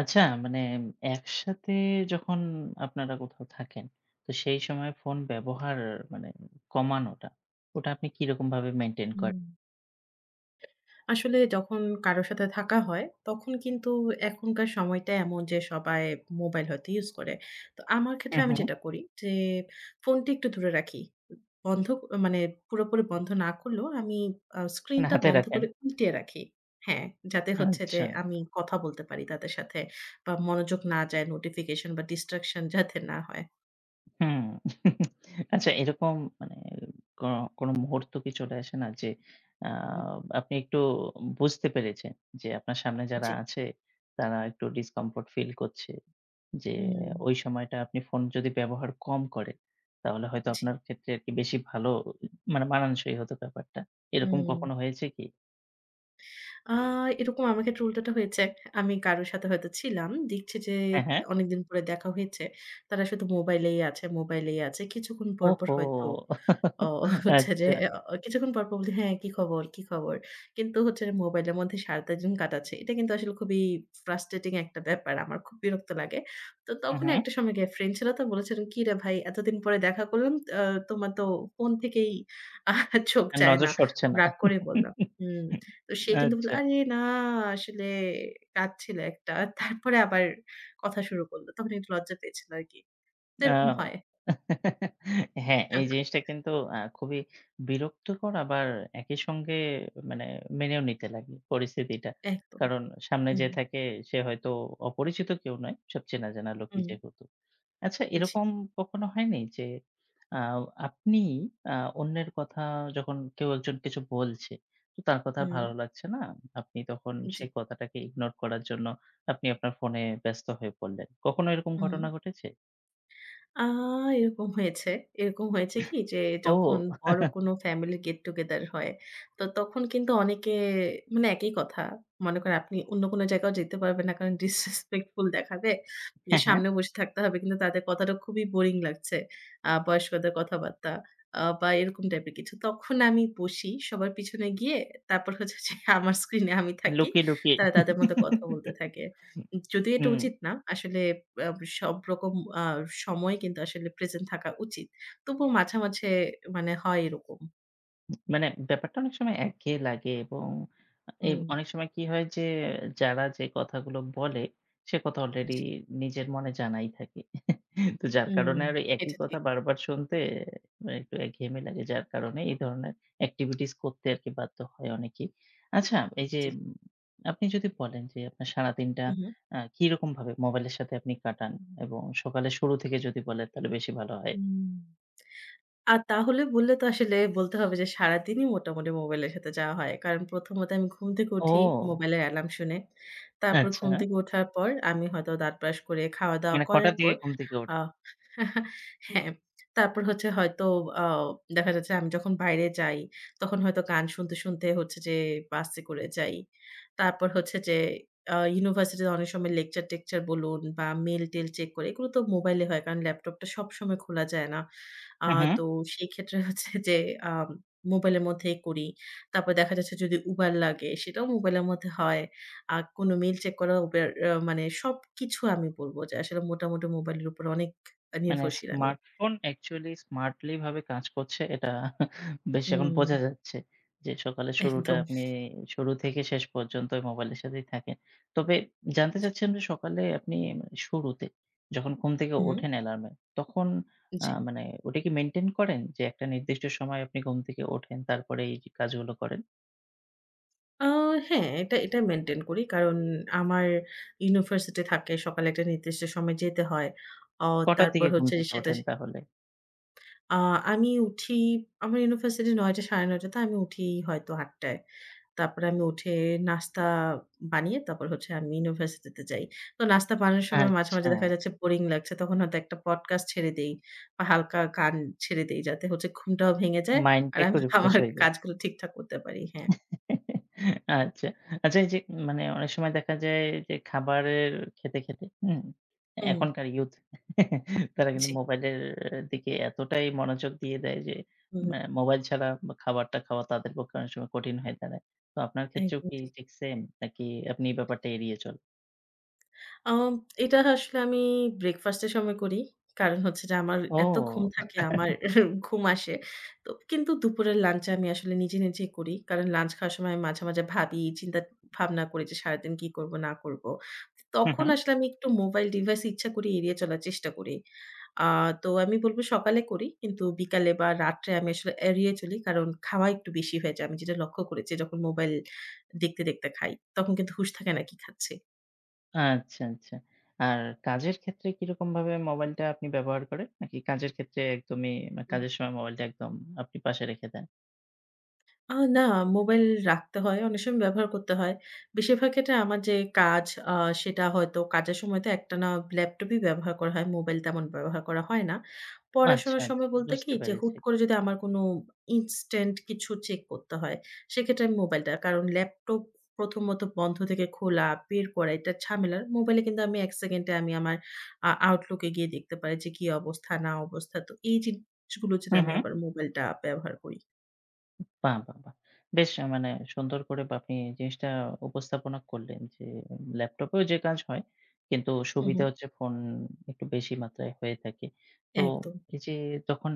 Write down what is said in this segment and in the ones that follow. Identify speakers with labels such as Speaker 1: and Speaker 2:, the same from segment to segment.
Speaker 1: আচ্ছা মানে একসাথে যখন আপনারা কোথাও থাকেন, তো সেই সময় ফোন ব্যবহার মানে কমানোটা, ওটা আপনি কিরকম ভাবে মেইনটেইন করেন?
Speaker 2: হুম। আসলে যখন কারো সাথে থাকা হয়, তখন কিন্তু এখনকার সময়টা এমন যে সবাই মোবাইল হয়তো ইউজ করে। তো আমার ক্ষেত্রে
Speaker 1: হুম,
Speaker 2: আমি
Speaker 1: হুম।
Speaker 2: যেটা করি যে ফোনটি একটু দূরে রাখি। বন্ধ মানে পুরোপুরি বন্ধ না করলেও আমি
Speaker 1: মানে
Speaker 2: স্ক্রিনটা
Speaker 1: হাতে
Speaker 2: বন্ধ
Speaker 1: রাখেন।
Speaker 2: করে উল্টিয়ে রাখি। হ্যাঁ, যাতে হচ্ছে যে
Speaker 1: আচ্ছা।
Speaker 2: আমি কথা বলতে পারি তাদের সাথে বা মনোযোগ না যায় নোটিফিকেশন বা ডিস্ট্রাকশন যাতে না হয়।
Speaker 1: হুম। আচ্ছা এরকম মানে ক কোনো মুহূর্ত কি চলে আসে না যে, আ
Speaker 2: হুম,
Speaker 1: আপনি একটু বুঝতে পেরেছেন যে, আপনার সামনে যারা
Speaker 2: জি।
Speaker 1: আছে তারা একটু ডিসকমফোর্ট ফিল করছে? যে
Speaker 2: হুম,
Speaker 1: ওই সময়টা আপনি ফোন যদি ব্যবহার কম করেন, তাহলে হয়তো
Speaker 2: জি।
Speaker 1: আপনার ক্ষেত্রে আরকি বেশি ভালো মানে মানানসই হতো ব্যাপারটা। এরকম
Speaker 2: হুম।
Speaker 1: কখনো হয়েছে কি?
Speaker 2: আ এরকম আমার ক্ষেত্রে উল্টোটা হয়েছে। আমি কারো সাথে হয়তো ছিলাম। দেখছি যে
Speaker 1: হ্যাঁ, হ্যাঁ।
Speaker 2: অনেকদিন পরে দেখা হয়েছে। তারা শুধু মোবাইলেই আছে, মোবাইলেই আছে। কিছুক্ষণ পরপর
Speaker 1: ওহো!
Speaker 2: হয়তো ও হচ্ছে যে
Speaker 1: আচ্ছা।
Speaker 2: কিছুক্ষণ পর, পর বলি, "হ্যাঁ, কি খবর, কি খবর?" কিন্তু হচ্ছে যে মোবাইলের মধ্যে সারাটা দিন কাটাচ্ছি। এটা কিন্তু আসলে খুবই ফ্রাস্ট্রেটিং একটা ব্যাপার। আমার খুব বিরক্ত লাগে। তো
Speaker 1: হু,
Speaker 2: তখন
Speaker 1: হু।
Speaker 2: একটা সময় গিয়ে ফ্রেন্ড ছিল তো বলেছিল, "কিরে ভাই এতদিন পরে দেখা করলাম, তোমার তো ফোন থেকেই আহ চোখ যায়
Speaker 1: নজর
Speaker 2: না।"
Speaker 1: সরছে
Speaker 2: খুব
Speaker 1: না।
Speaker 2: রাগ করে বললাম। হুম। তো সে কিন্তু বলল,
Speaker 1: আচ্ছা।
Speaker 2: "আরে না আসলে কাজ ছিল একটা।" তারপরে আবার কথা শুরু করল। তখন একটু লজ্জা পেয়েছিল আরকি। তো
Speaker 1: আ
Speaker 2: এরকম হয়।
Speaker 1: হ্যাঁ, এই জিনিসটা কিন্তু খুবই বিরক্তকর আবার একই সঙ্গে মানে মেনেও নিতে লাগে পরিস্থিতিটা।
Speaker 2: একদম।
Speaker 1: কারণ সামনে
Speaker 2: হুম,
Speaker 1: যে থাকে সে হয়তো অপরিচিত কেউ নয়, সব চেনা জানা লোকই
Speaker 2: হুম।
Speaker 1: যেহেতু। আচ্ছা
Speaker 2: জি।
Speaker 1: এরকম কখনো হয়নি যে আ আপনি আ অন্যের কথা যখন কেউ একজন কিছু বলছে, তো তার কথা আর
Speaker 2: হুম,
Speaker 1: ভালো লাগছে না। আপনি তখন
Speaker 2: জি।
Speaker 1: সেই কথাটাকে ইগনোর করার জন্য আপনি আপনার ফোনে ব্যস্ত হয়ে পড়লেন। কখনো এরকম
Speaker 2: হুম।
Speaker 1: ঘটনা ঘটেছে?
Speaker 2: আ এরকম হয়েছে। এরকম হয়েছে কি যে যখন
Speaker 1: ও
Speaker 2: বড় কোনো ফ্যামিলি গেট টুগেদার হয়, তো তখন কিন্তু অনেকে মানে একই কথা। মনে করেন আপনি অন্য কোনো জায়গাও যেতে পারবেন না। কারণ disrespectful দেখাবে। যে
Speaker 1: হ্যাঁ, হ্যাঁ।
Speaker 2: সামনে বসে থাকতে হবে। কিন্তু তাদের কথাটা খুবই বোরিং লাগছে। বয়স্কদের কথাবার্তা বা এরকম টাইপের কিছু। তখন আমি বসি সবার পিছনে গিয়ে তারপর হচ্ছে যে আমার স্ক্রিনে আমি থাকি।
Speaker 1: লুকিয়ে, লুকিয়ে।
Speaker 2: তারা তাদের মতো কথা বলতে থাকে। যদিও এটা
Speaker 1: হুম,
Speaker 2: উচিত না। আসলে আ সব রকম আ সময় কিন্তু আসলে প্রেজেন্ট থাকা উচিত। তবুও মাঝে, মাঝে মানে হয় এরকম।
Speaker 1: মানে ব্যাপারটা অনেক সময় একঘেয়ে লাগে এবং এই
Speaker 2: হুম,
Speaker 1: অনেক সময় কি হয় যে যারা যে কথাগুলো বলে, সে কথা অলরেডি
Speaker 2: জি।
Speaker 1: নিজের মনে জানাই থাকি। তো যার
Speaker 2: হুম।
Speaker 1: কারণে আর একই
Speaker 2: এটা
Speaker 1: কথা
Speaker 2: ঠিক।
Speaker 1: বারবার শুনতে মানে একটু একঘেয়েমি লাগে। যার কারণে এই ধরনের activities করতে আরকি বাধ্য হয় অনেকেই। আচ্ছা এই যে
Speaker 2: জি।
Speaker 1: আপনি যদি বলেন যে আপনার সারাদিনটা
Speaker 2: হু, হু।
Speaker 1: কিরকমভাবে মোবাইলের সাথে আপনি কাটান? এবং সকালের শুরু থেকে যদি বলেন তাহলে বেশি ভালো হয়।
Speaker 2: হুম। আর তাহলে বললে তো আসলে বলতে হবে যে সারাদিনই মোটামুটি মোবাইলের সাথে যাওয়া হয়। কারণ প্রথমত আমি ঘুম থেকে উঠি
Speaker 1: ও!
Speaker 2: মোবাইলের অ্যালার্ম শুনে। তারপর
Speaker 1: আচ্ছা।
Speaker 2: ঘুম থেকে ওঠার পর আমি হয়তো দাঁত ব্রাশ করে খাওয়া-দাওয়া
Speaker 1: মানে
Speaker 2: করার
Speaker 1: কটার দিকে
Speaker 2: পর
Speaker 1: ঘুম থেকে
Speaker 2: আ
Speaker 1: ওঠেন?
Speaker 2: হ্যাঁ, তারপর হচ্ছে হয়তো আ দেখা যাচ্ছে আমি যখন বাইরে যাই তখন হয়তো গান শুনতে, শুনতে হচ্ছে যে বাসে করে যাই। তারপর হচ্ছে যে ইউনিভার্সিটিতে অনেক সময় লেকচার-টেকচার বলুন বা মেইল-টেইল চেক করি। এগুলো তো মোবাইলে হয় কারণ ল্যাপটপটা সবসময় খোলা যায় না। আ
Speaker 1: হু, হু।
Speaker 2: তো সেক্ষেত্রে হচ্ছে যে আম মোবাইলের মধ্যেই করি। তারপর দেখা যাচ্ছে যদি Uber লাগে সেটাও মোবাইলের মধ্যে হয়। আর কোনো মেইল চেক করা Uber মানে সবকিছু আমি বলব যে আসলে মোটামুটি মোবাইলের উপর অনেক
Speaker 1: মানে
Speaker 2: নির্ভরশীল আমি।
Speaker 1: স্মার্টফোন অ্যাকচুয়ালি স্মার্টলি ভাবে কাজ করছে এটা বেশ এখন
Speaker 2: হুম,
Speaker 1: বোঝা যাচ্ছে। যে সকালে শুরুটা
Speaker 2: একদম।
Speaker 1: আপনি শুরু থেকে শেষ পর্যন্ত মোবাইলের সাথেই থাকেন। তবে জানতে
Speaker 2: জি।
Speaker 1: চাচ্ছিলাম যে সকালে আপনি মানে শুরুতে যখন ঘুম থেকে
Speaker 2: হুম,
Speaker 1: ওঠেন অ্যালার্মে তখন
Speaker 2: জি।
Speaker 1: মানে ওটা কি মেইনটেইন করেন? যে একটা নির্দিষ্ট সময় আপনি ঘুম থেকে ওঠেন তারপরে এই যে কাজগুলো করেন।
Speaker 2: আ হ্যাঁ, এটা মেইনটেইন করি। কারণ আমার ইউনিভার্সিটি থাকে। সকালে একটা নির্দিষ্ট সময় যেতে হয়। অ
Speaker 1: কটার
Speaker 2: তারপর
Speaker 1: দিকে ঘুম
Speaker 2: হচ্ছে যে
Speaker 1: থেকে
Speaker 2: সেটা
Speaker 1: ওঠেন তাহলে?
Speaker 2: আ আমি উঠি আমার ইউনিভার্সিটি ৯ঃ০০ ৯:৩০ তে আমি উঠি হয়তো ৮ঃ০০ টায়। তারপরে আমি উঠে নাস্তা বানিয়ে তারপর হচ্ছে আমি ইউনিভার্সিটিতে যাই। তো নাস্তা বানানোর সময় মাঝে,
Speaker 1: আচ্ছা
Speaker 2: মাঝে দেখা যাচ্ছে বোরিং লাগছে। তখন হয়তো একটা পডকাস্ট ছেড়ে দেই বা হালকা গান ছেড়ে দেই যাতে হচ্ছে ঘুমটাও ভেঙে যায়।
Speaker 1: মাইন্ডটা
Speaker 2: আর
Speaker 1: একটু
Speaker 2: আমি
Speaker 1: রিফ্রেশ
Speaker 2: আমার
Speaker 1: হয়ে যায়।
Speaker 2: কাজগুলো ঠিকঠাক করতে পারি। হ্যাঁ।
Speaker 1: আচ্ছা। আচ্ছা এই যে মানে অনেক সময় দেখা যায় যে খাবারের খেতে, খেতে হুম?
Speaker 2: হুম,
Speaker 1: এখনকার ইউথ তারা কিন্তু
Speaker 2: জি।
Speaker 1: মোবাইলের দিকে এতটাই মনোযোগ দিয়ে দেয় যে
Speaker 2: হুম,
Speaker 1: মোবাইল ছাড়া খাবারটা খাওয়া তাদের পক্ষে অনেক সময় কঠিন হয়ে দাঁড়ায়। তো আপনার ক্ষেত্রেও
Speaker 2: একদম
Speaker 1: কি
Speaker 2: ঠিক।
Speaker 1: ঠিক সেম? নাকি আপনি এই ব্যাপারটা এড়িয়ে চলেন?
Speaker 2: আম এটা আসলে আমি ব্রেকফাস্ট এর সময় করি। কারণ হচ্ছে যে আমার এত ঘুম
Speaker 1: ও!
Speaker 2: থাকে আমার ঘুম আসে। তো কিন্তু দুপুরের লাঞ্চ আমি আসলে নিজে, নিজেই করি। কারণ লাঞ্চ খাওয়ার সময় আমি মাঝে, মাঝে ভাবি, চিন্তা ভাবনা করি যে সারাদিন কি করব না করব।
Speaker 1: হু,
Speaker 2: তখন
Speaker 1: হু।
Speaker 2: আসলে আমি একটু মোবাইল ডিভাইস ইচ্ছা করে এড়িয়ে চলার চেষ্টা করি। আ তো আমি বলব সকালে করি কিন্তু বিকালে বা রাত্রে আমি আসলে এড়িয়ে চলি। কারণ খাওয়া একটু বেশি হয়ে যায়। আমি যেটা লক্ষ্য করেছি যখন মোবাইল দেখতে, দেখতে খাই। তখন কিন্তু হুঁশ থাকে না কি খাচ্ছি।
Speaker 1: আচ্ছা, আচ্ছা। আর কাজের ক্ষেত্রে কিরকমভাবে মোবাইলটা আপনি ব্যবহার করেন? নাকি কাজের ক্ষেত্রে একদমই কাজের সময় মোবাইলটা একদম আপনি পাশে রেখে দেন?
Speaker 2: না, মোবাইল রাখতে হয়। অনেক সময় ব্যবহার করতে হয়। বেশিরভাগ ক্ষেত্রে আমার যে কাজ আ সেটা হয়তো কাজের সময় তো একটানা ল্যাপটপই ব্যবহার করা হয়। মোবাইল তেমন ব্যবহার করা হয় না।
Speaker 1: আচ্ছা,
Speaker 2: পড়াশোনার সময়
Speaker 1: আচ্ছা
Speaker 2: বলতে কি
Speaker 1: বুঝতে
Speaker 2: যে হুট
Speaker 1: পেরেছি।
Speaker 2: করে যদি আমার কোনো ইনস্ট্যান্ট কিছু চেক করতে হয়, সেক্ষেত্রে আমি মোবাইলটা। কারণ ল্যাপটপ প্রথমত বন্ধ থেকে খোলা, বের করা এটা ঝামেলার। মোবাইলে কিন্তু আমি ১ সেকেন্ডে আমি আমার Outlook এ গিয়ে দেখতে পারি যে কি অবস্থা, না অবস্থা। তো এই জিনিসগুলোর জন্য
Speaker 1: হুম,
Speaker 2: আমি
Speaker 1: হুম।
Speaker 2: আবার মোবাইলটা ব্যবহার করি।
Speaker 1: বাহ! বাহ! বাহ! বেশ মানে সুন্দর করে বা আপনি জিনিসটা উপস্থাপনা করলেন যে ল্যাপটপেও যে কাজ হয় কিন্তু
Speaker 2: হু, হু।
Speaker 1: সুবিধা হচ্ছে ফোন একটু বেশি মাত্রায় হয়ে থাকে। তো
Speaker 2: একদম।
Speaker 1: এই যে যখন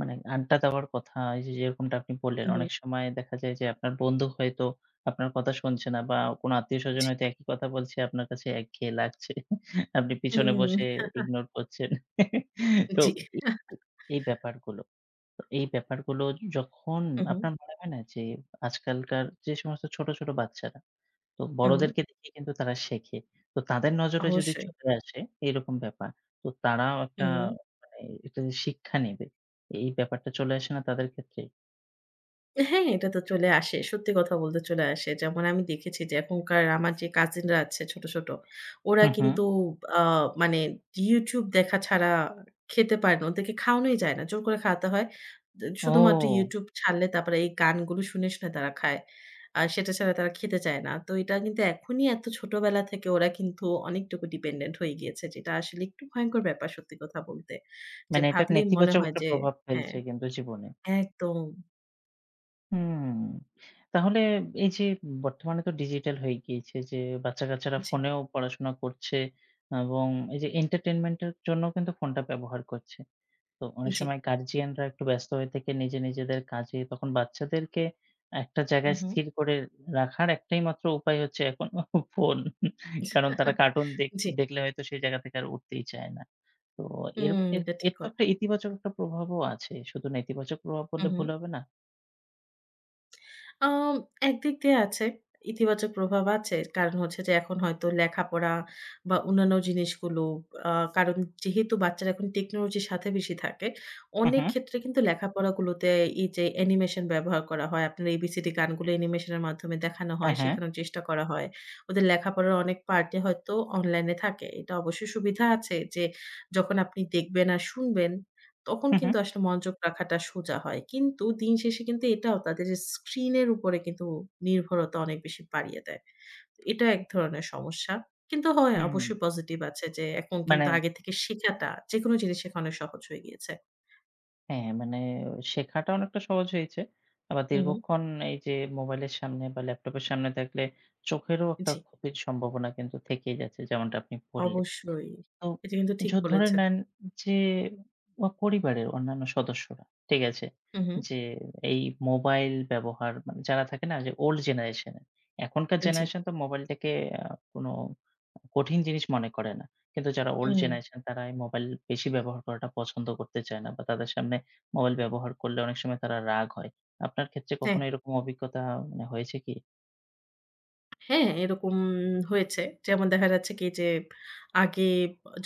Speaker 1: মানে আড্ডা দেওয়ার কথা এই যে যেরকমটা আপনি বললেন
Speaker 2: হুম,
Speaker 1: অনেক সময় দেখা যায় যে আপনার বন্ধু হয়তো আপনার কথা শুনছে না বা কোনো আত্মীয়স্বজন
Speaker 2: জি।
Speaker 1: হয়তো একই কথা বলছে আপনার কাছে একঘেয়ে লাগছে। আপনি পিছনে
Speaker 2: হুম,
Speaker 1: বসে ইগনোর করছেন। তো
Speaker 2: জি।
Speaker 1: এই এই ব্যাপারগুলো তো এই ব্যাপারগুলো যখন
Speaker 2: হুম,
Speaker 1: আপনার মনে হয় না যে আজকালকার যে সমস্ত ছোট, ছোট বাচ্চারা তো
Speaker 2: হুম,
Speaker 1: বড়দেরকে দেখে কিন্তু তারা শেখে। তো তাদের নজরে যদি
Speaker 2: অবশ্যই।
Speaker 1: চলে আসে এরকম ব্যাপার, তো তারাও একটা
Speaker 2: হুম।
Speaker 1: মানে একটা যে শিক্ষা নেবে। এই ব্যাপারটা চলে আসে না তাদের ক্ষেত্রে?
Speaker 2: হ্যাঁ, এটা তো চলে আসে। সত্যি কথা বলতে চলে আসে। যেমন আমি দেখেছি যে এখনকার আমার যে কাজিনরা আছে ছোট, ছোট ওরা
Speaker 1: হু, হু।
Speaker 2: কিন্তু আ মানে YouTube দেখা ছাড়া খেতে পারে না। ওদেরকে খাওয়ানোই যায় না। জোর করে খাওয়াতে হয়। দে
Speaker 1: ও!
Speaker 2: শুধুমাত্র YouTube ছাড়লে তারপরে এই গানগুলো শুনে, শুনে তারা খায়। আর সেটা ছাড়া তারা খেতে চায় না। তো এটা কিন্তু এখনই এত ছোটবেলা থেকে ওরা কিন্তু অনেকটুকু ডিপেন্ডেন্ট হয়ে গিয়েছে। যেটা আসলে একটু ভয়ংকর ব্যাপার সত্যি কথা বলতে। যে
Speaker 1: মানে এটা
Speaker 2: ভাবলেই মনে
Speaker 1: নেতিবাচক
Speaker 2: হয়
Speaker 1: একটা
Speaker 2: যে
Speaker 1: প্রভাব
Speaker 2: হ্যাঁ,
Speaker 1: ফেলছে কিন্তু জীবনে।
Speaker 2: একদম।
Speaker 1: হুম। তাহলে এই যে বর্তমানে তো ডিজিটাল হয়ে গিয়েছে যে বাচ্চা-কাচ্চারা
Speaker 2: জি,
Speaker 1: ফোনেও পড়াশোনা করছে এবং এই যে entertainment এর জন্য কিন্তু ফোনটা ব্যবহার করছে। তো অনেক
Speaker 2: জি।
Speaker 1: সময় গার্ডিয়ানরা একটু ব্যস্ত হয়ে থেকে নিজে নিজেদের কাজে তখন বাচ্চাদেরকে একটা জায়গায়
Speaker 2: উহু।
Speaker 1: স্থির করে রাখার একটাই মাত্র উপায় হচ্ছে এখন ফোন। কারণ তারা কার্টুন দেখ
Speaker 2: জি,
Speaker 1: দেখলে হয়তো সেই জায়গা থেকে আর উঠতেই চায় না। তো এর
Speaker 2: হুম,
Speaker 1: এর
Speaker 2: এটা ঠিক
Speaker 1: এর তো
Speaker 2: কথা।
Speaker 1: একটা ইতিবাচক একটা প্রভাবও আছে। শুধু নেতিবাচক প্রভাব
Speaker 2: হু,
Speaker 1: বললে
Speaker 2: হু।
Speaker 1: ভুল হবে না।
Speaker 2: আম একদিক দিয়ে আছে। ইতিবাচক প্রভাব আছে। কারণ হচ্ছে যে এখন হয়তো লেখাপড়া বা অন্যান্য জিনিসগুলো আ কারণ যেহেতু বাচ্চারা এখন টেকনোলজির সাথে বেশি থাকে,
Speaker 1: হু,
Speaker 2: অনেক
Speaker 1: হু।
Speaker 2: ক্ষেত্রে কিন্তু লেখাপড়াগুলোতে এই যে অ্যানিমেশন ব্যবহার করা হয়। আপনার ABCD গানগুলো অ্যানিমেশনের মাধ্যমে দেখানো হয়,
Speaker 1: হ্যাঁ, হ্যাঁ।
Speaker 2: শেখানোর চেষ্টা করা হয়। ওদের লেখাপড়ার অনেক পার্টই হয়তো অনলাইনে থাকে। এটা অবশ্যই সুবিধা আছে যে যখন আপনি দেখবেন আর শুনবেন তখন
Speaker 1: হুম,
Speaker 2: কিন্তু আসলে মনোযোগ রাখাটা সোজা হয়। কিন্তু দিন শেষে কিন্তু এটাও তাদের স্ক্রিনের উপরে কিন্তু নির্ভরতা অনেক বেশি বাড়িয়ে দেয়। এটা এক ধরনের সমস্যা। কিন্তু হয়
Speaker 1: হুম, হুম।
Speaker 2: অবশ্যই পজিটিভ আছে যে এখন কিন্তু
Speaker 1: মানে
Speaker 2: আগে থেকে শেখাটা যেকোনো জিনিস শেখা অনেক সহজ হয়ে গিয়েছে।
Speaker 1: হ্যাঁ, মানে শেখাটা অনেকটা সহজ হয়েছে। আবার
Speaker 2: হু, হু।
Speaker 1: দীর্ঘক্ষণ এই যে মোবাইলের সামনে বা ল্যাপটপের সামনে থাকলে চোখেরও একটা
Speaker 2: জি,
Speaker 1: ক্ষতির সম্ভাবনা কিন্তু থেকেই যাচ্ছে যেমনটা আপনি বললেন।
Speaker 2: অবশ্যই।
Speaker 1: তো
Speaker 2: এটা কিন্তু
Speaker 1: ঝ
Speaker 2: ঠিক
Speaker 1: ধরে
Speaker 2: বলেছেন।
Speaker 1: নেন যে পরিবারের অন্যান্য সদস্যরা, ঠিক আছে?
Speaker 2: হু, হু।
Speaker 1: যে এই মোবাইল ব্যবহার মানে যারা থাকে না যে ওল্ড জেনারেশন এর। এখনকার
Speaker 2: জি।
Speaker 1: জেনারেশন তো মোবাইলটাকে আ কোনো কঠিন জিনিস মনে করে না। কিন্তু যারা ওল্ড
Speaker 2: হুম।
Speaker 1: জেনারেশন তারা এই মোবাইল বেশি ব্যবহার করাটা পছন্দ করতে চায় না বা তাদের সামনে মোবাইল ব্যবহার করলে অনেক সময় তারা রাগ হয়। আপনার ক্ষেত্রে
Speaker 2: হ্যাঁ।
Speaker 1: কখনো এরকম অভিজ্ঞতা মানে হয়েছে কি?
Speaker 2: হ্যাঁ, এরকম হয়েছে। যেমন দেখা যাচ্ছে কি যে, আগে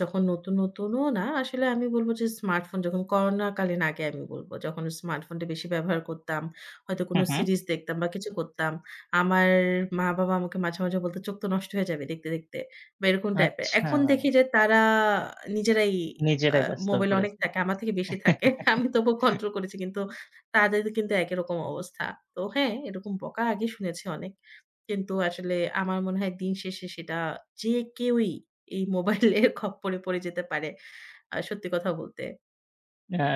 Speaker 2: যখন নতুন, নতুনও না আসলে আমি বলব যে স্মার্টফোন যখন করোনাকালীন আগে আমি বলব। যখন স্মার্টফোনটা বেশি ব্যবহার করতাম, হয়তো
Speaker 1: হু,
Speaker 2: কোনো
Speaker 1: হু।
Speaker 2: সিরিজ দেখতাম বা কিছু করতাম। আমার মা-বাবা আমাকে মাঝে, মাঝে বলত, "চোখ তো নষ্ট হয়ে যাবে দেখতে, দেখতে।" বা এরকম টাইপের।
Speaker 1: আচ্ছা,
Speaker 2: এখন দেখি যে তারা নিজেরাই আ
Speaker 1: নিজেরাই ব্যস্ত হয়ে
Speaker 2: মোবাইলে অনেক
Speaker 1: পড়েছে।
Speaker 2: থাকে। আমার থেকে বেশি থাকে। আমি তবুও কন্ট্রোল করেছি। কিন্তু তাদের কিন্তু একই রকম অবস্থা। তো হ্যাঁ, এরকম বকা আগে শুনেছি অনেক। কিন্তু আসলে আমার মনে হয় দিন শেষে সেটা যে কেউই এই মোবাইলের খপ্পরে পড়ে যেতে পারে। সত্যি কথা বলতে।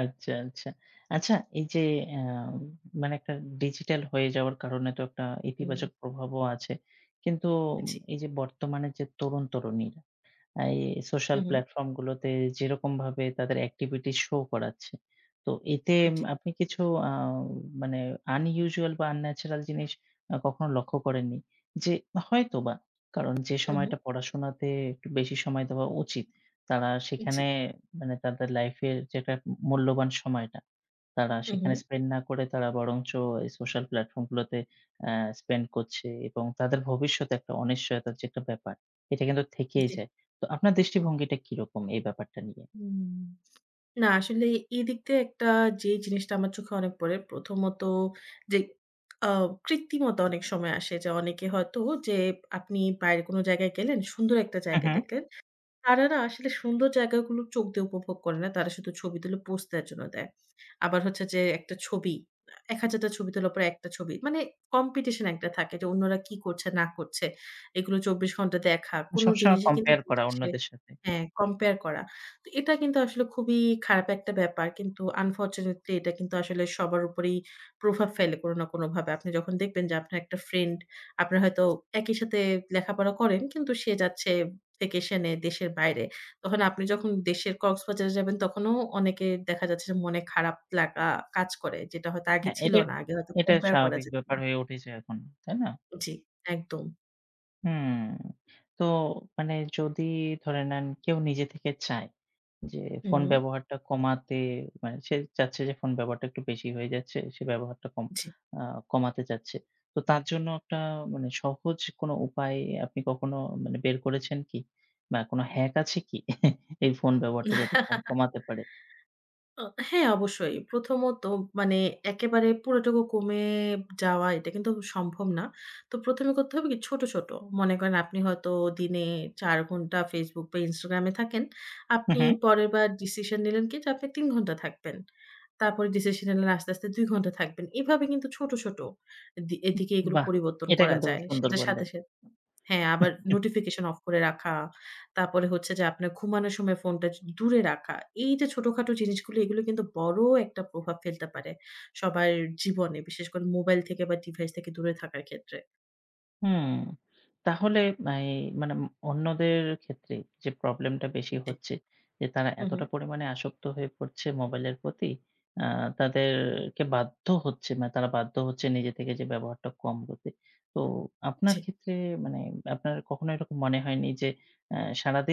Speaker 1: আচ্ছা, আচ্ছা। আচ্ছা এই যে আ মানে একটা ডিজিটাল হয়ে যাওয়ার কারণে তো একটা
Speaker 2: উম
Speaker 1: ইতিবাচক প্রভাবও আছে। কিন্তু
Speaker 2: জি।
Speaker 1: এই যে বর্তমানে যে তরুণ-তরুণী এই
Speaker 2: হু,
Speaker 1: সোশ্যাল
Speaker 2: হু।
Speaker 1: প্ল্যাটফর্ম গুলোতে যেরকমভাবে তাদের অ্যাক্টিভিটি শো করাচ্ছে। তো এতে
Speaker 2: জি।
Speaker 1: আপনি কিছু আ মানে unusual বা unnatural জিনিস কখনো লক্ষ্য করেননি? যে হয়তোবা কারণ যে
Speaker 2: হু, হু।
Speaker 1: সময়টা পড়াশোনাতে একটু বেশি সময় দেওয়া উচিত, তারা
Speaker 2: জি।
Speaker 1: সেখানে মানে তাদের লাইফের যেটা মূল্যবান সময়টা তারা
Speaker 2: হু, হু।
Speaker 1: সেখানে স্পেন্ড না করে তারা বরঞ্চ এই সোশ্যাল প্ল্যাটফর্ম গুলোতে অ্যা স্পেন্ড করছে এবং তাদের ভবিষ্যতে একটা অনিশ্চয়তার যে একটা ব্যাপার, এটা কিন্তু থেকেই
Speaker 2: জি।
Speaker 1: যায়। তো আপনার দৃষ্টিভঙ্গিটা কিরকম এই ব্যাপারটা নিয়ে?
Speaker 2: হুম। না আসলে এই দিক দিয়ে একটা যে জিনিসটা আমার চোখে অনেক পড়ে, প্রথমত যে আ কৃত্রিমতা অনেক সময় আসে যে অনেকে হয়তো যে আপনি বাইরে কোনো জায়গায় গেলেন, সুন্দর একটা
Speaker 1: হু,
Speaker 2: জায়গা
Speaker 1: হু।
Speaker 2: দেখলেন তারা না আসলে সুন্দর জায়গাগুলো চোখ দিয়ে উপভোগ করে না। তারা শুধু ছবি তুলে পোস্ট দেওয়ার জন্য দেয়। আবার হচ্ছে যে একটা ছবি, ১০০০ টা ছবি তোলার পরে একটা ছবি। মানে কম্পিটিশন একটা থাকে যে অন্যরা কি করছে না করছে। এগুলো ২৪ ঘন্টা দেখা। কোন
Speaker 1: সবসময়
Speaker 2: জিনিসই কিন্তু
Speaker 1: কম্পেয়ার
Speaker 2: দিন
Speaker 1: করা
Speaker 2: শেষে
Speaker 1: অন্যদের সাথে।
Speaker 2: হ্যাঁ, কম্পেয়ার করা। তো এটা কিন্তু আসলে খুবই খারাপ একটা ব্যাপার। কিন্তু আনফরচুনেটলি এটা কিন্তু আসলে সবার উপরেই প্রভাব ফেলে কোনো না কোনোভাবে। আপনি যখন দেখবেন যে আপনার একটা ফ্রেন্ড আপনার হয়তো একই সাথে লেখাপড়া করেন কিন্তু সে যাচ্ছে ভ্যাকেশন এ দেশের বাইরে। তখন আপনি যখন দেশের কক্সবাজারে যাবেন তখনও অনেকের দেখা যাচ্ছে যে মনে খারাপ লাগা কাজ করে। যেটা হয়তো আগে
Speaker 1: হ্যাঁ,
Speaker 2: ছিল
Speaker 1: এটা
Speaker 2: না। আগে হয়তো
Speaker 1: এটা
Speaker 2: কম্পেয়ার করা
Speaker 1: স্বাভাবিক
Speaker 2: যেত
Speaker 1: ব্যাপার
Speaker 2: না।
Speaker 1: হয়ে উঠেছে এখন, তাই না?
Speaker 2: জি, একদম।
Speaker 1: হুম। তো মানে যদি ধরে নেন কেউ নিজে থেকে চায় যে ফোন
Speaker 2: হুম,
Speaker 1: ব্যবহারটা কমাতে মানে সে চাচ্ছে যে ফোন ব্যবহারটা একটু বেশি হয়ে যাচ্ছে। সে ব্যবহারটা কম
Speaker 2: জি।
Speaker 1: আ কমাতে চাচ্ছে। তো তার জন্য একটা মানে সহজ কোনো উপায় আপনি কখনো মানে বের করেছেন কি? বা কোনো হ্যাক আছে কি? এই ফোন ব্যবহারটা যাতে কম কমাতে পারে?
Speaker 2: অ হ্যাঁ, অবশ্যই। প্রথমত মানে একেবারে পুরোটুকু কমে যাওয়া এটা কিন্তু সম্ভব না। তো ১ম এ করতে হবে কি ছোট, ছোট। মনে করেন আপনি হয়তো দিনে ৪ ঘন্টা Facebook বা Instagram এ থাকেন।
Speaker 1: হু,
Speaker 2: আপনি
Speaker 1: হু।
Speaker 2: পরের বার ডিসিশন নিলেন কি যে আপনি ৩ ঘন্টা থাকবেন। তারপরে ডিসিশন নিলেন আস্তে, আস্তে ২ ঘন্টা থাকবেন। এভাবে কিন্তু ছোট, ছোট এদিকে এগুলো
Speaker 1: বাহ!
Speaker 2: পরিবর্তন
Speaker 1: এটা
Speaker 2: করা
Speaker 1: কিন্তু খুব
Speaker 2: যায়।
Speaker 1: সুন্দর
Speaker 2: সেটার সাথে,
Speaker 1: বললেন।
Speaker 2: সাথে হ্যাঁ, আবার নোটিফিকেশন অফ করে রাখা। তারপরে হচ্ছে যে আপনার ঘুমানোর সময় ফোনটা দূরে রাখা। এই যে ছোটখাটো জিনিসগুলো এগুলো কিন্তু বড় একটা প্রভাব ফেলতে পারে সবার জীবনে। বিশেষ করে মোবাইল থেকে বা ডিভাইস থেকে দূরে থাকার ক্ষেত্রে।
Speaker 1: হুম, তাহলে এই মানে অন্যদের ক্ষেত্রে যে প্রবলেমটা বেশি
Speaker 2: জি।
Speaker 1: হচ্ছে যে তারা
Speaker 2: হু, হু।
Speaker 1: এতটা পরিমাণে আসক্ত হয়ে পড়ছে মোবাইলের প্রতি আ তাদেরকে বাধ্য হচ্ছে মানে তারা বাধ্য হচ্ছে নিজে থেকে যে ব্যবহারটা কম করতে। তো
Speaker 2: জি।
Speaker 1: আপনার ক্ষেত্রে মানে আপনার কখনো এরকম মনে হয়নি যে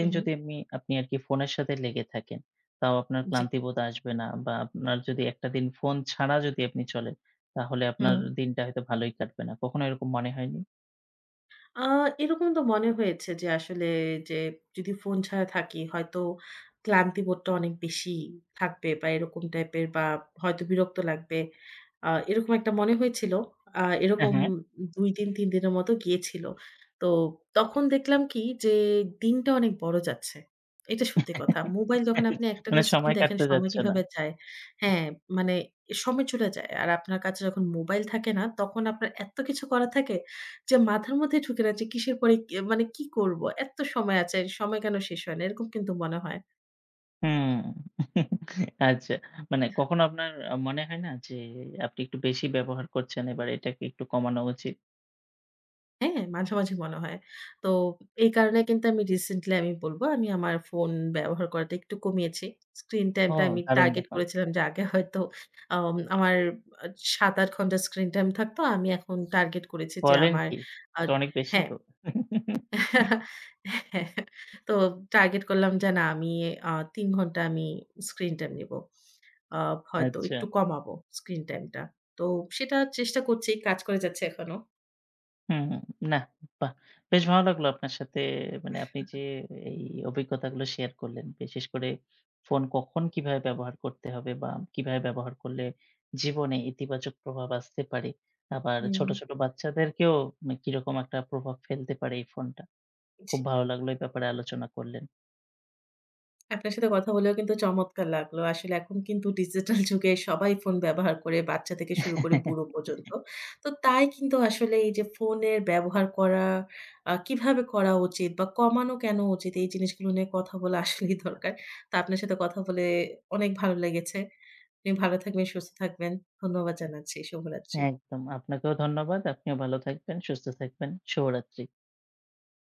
Speaker 2: হু, হু।
Speaker 1: যদি এমনি আপনি আরকি ফোনের সাথে লেগে থাকেন, তাও আপনার
Speaker 2: জি।
Speaker 1: ক্লান্তিবোধ আসবে না বা আপনার যদি একটা দিন ফোন ছাড়া যদি আপনি চলেন, তাহলে আপনার
Speaker 2: হুম।
Speaker 1: দিনটা হয়তো ভালোই কাটবে না। কখনো এরকম মনে হয়নি?
Speaker 2: আ এরকম তো মনে হয়েছে যে আসলে যে যদি ফোন ছাড়া থাকি হয়তো ক্লান্তিবোধটা অনেক বেশি থাকবে বা এরকম টাইপের বা হয়তো বিরক্ত লাগবে। এরকম একটা মনে হয়েছিল।
Speaker 1: হ্যাঁ,
Speaker 2: এরকম
Speaker 1: হ্যাঁ।
Speaker 2: ২ দিন ৩ দিনের মতো গিয়েছিল। তো তখন দেখলাম কি যে দিনটা অনেক বড় যাচ্ছে। এটা সত্যি কথা। মোবাইল যখন আপনি একটানা
Speaker 1: মানে
Speaker 2: স্ক্রিন
Speaker 1: সময়
Speaker 2: দেখেন
Speaker 1: কাটতে
Speaker 2: সময়
Speaker 1: যাচ্ছে না।
Speaker 2: কিভাবে যায় হ্যাঁ, মানে সময় চলে যায়। আর আপনার কাছে যখন মোবাইল থাকে না তখন আপনার এত কিছু করা থাকে যে মাথার মধ্যে ঢুকে না যে কিসের পরে কে মানে কি করব? এত সময় আছে, সময় কেন শেষ হয় না? এরকম কিন্তু মনে হয়।
Speaker 1: হুম। আচ্ছা। মানে কখনো আপনার মনে হয় না যে আপনি একটু বেশি ব্যবহার করছেন, এবার এটাকে একটু কমানো উচিত?
Speaker 2: হ্যাঁ? মাঝে, মাঝে মনে হয়। তো এই কারণে কিন্তু আমি রিসেন্টলি আমি বলব আমি আমার ফোন ব্যবহার করাটা একটু কমিয়েছি। স্ক্রিন
Speaker 1: ও
Speaker 2: টাইমটা আমি
Speaker 1: দারুণ
Speaker 2: টার্গেট
Speaker 1: ব্যাপার।
Speaker 2: করেছিলাম যে আগে হয়তো আমার আ ৭-৮ ঘন্টা স্ক্রিন টাইম থাকতো। আমি এখন টার্গেট করেছি যে
Speaker 1: বলেন
Speaker 2: আমার
Speaker 1: কি?
Speaker 2: আ
Speaker 1: এটা অনেক বেশি
Speaker 2: হ্যাঁ।
Speaker 1: তো।
Speaker 2: হ্যাঁ, তো টার্গেট করলাম যে না আমি ৩ ঘন্টা আমি স্ক্রিন টাইম নিব। আ হয়তো
Speaker 1: আচ্ছা।
Speaker 2: একটু কমাবো স্ক্রিন টাইমটা। তো সেটা চেষ্টা করছি, কাজ করে যাচ্ছে এখনো।
Speaker 1: হুম, হুম। নাহ, বাহ! বেশ ভালো লাগলো আপনার সাথে মানে আপনি যে এই অভিজ্ঞতাগুলো শেয়ার করলেন। বিশেষ করে ফোন কখন কিভাবে ব্যবহার করতে হবে বা কিভাবে ব্যবহার করলে জীবনে ইতিবাচক প্রভাব আসতে পারে। আবার
Speaker 2: হুম।
Speaker 1: ছোট, ছোট বাচ্চাদেরকেও মানে কিরকম একটা প্রভাব ফেলতে পারে এই ফোনটা।
Speaker 2: জি।
Speaker 1: খুব ভালো লাগলো এই ব্যাপারে আলোচনা করলেন।
Speaker 2: আপনার সাথে কথা বলেও কিন্তু চমৎকার লাগলো। আসলে এখন কিন্তু ডিজিটাল যুগে সবাই ফোন ব্যবহার করে, বাচ্চা থেকে শুরু করে বুড়ো পর্যন্ত। তো তাই কিন্তু আসলে এই যে ফোনের ব্যবহার করা কিভাবে করা উচিত বা কমানো কেন উচিত এই জিনিসগুলো নিয়ে কথা বলা আসলেই দরকার। তো আপনার সাথে কথা বলে অনেক ভালো লেগেছে। আপনি ভালো থাকবেন, সুস্থ থাকবেন। ধন্যবাদ জানাচ্ছি। শুভরাত্রি।
Speaker 1: একদম। আপনাকেও ধন্যবাদ। আপনিও ভালো থাকবেন, সুস্থ থাকবেন। শুভরাত্রি।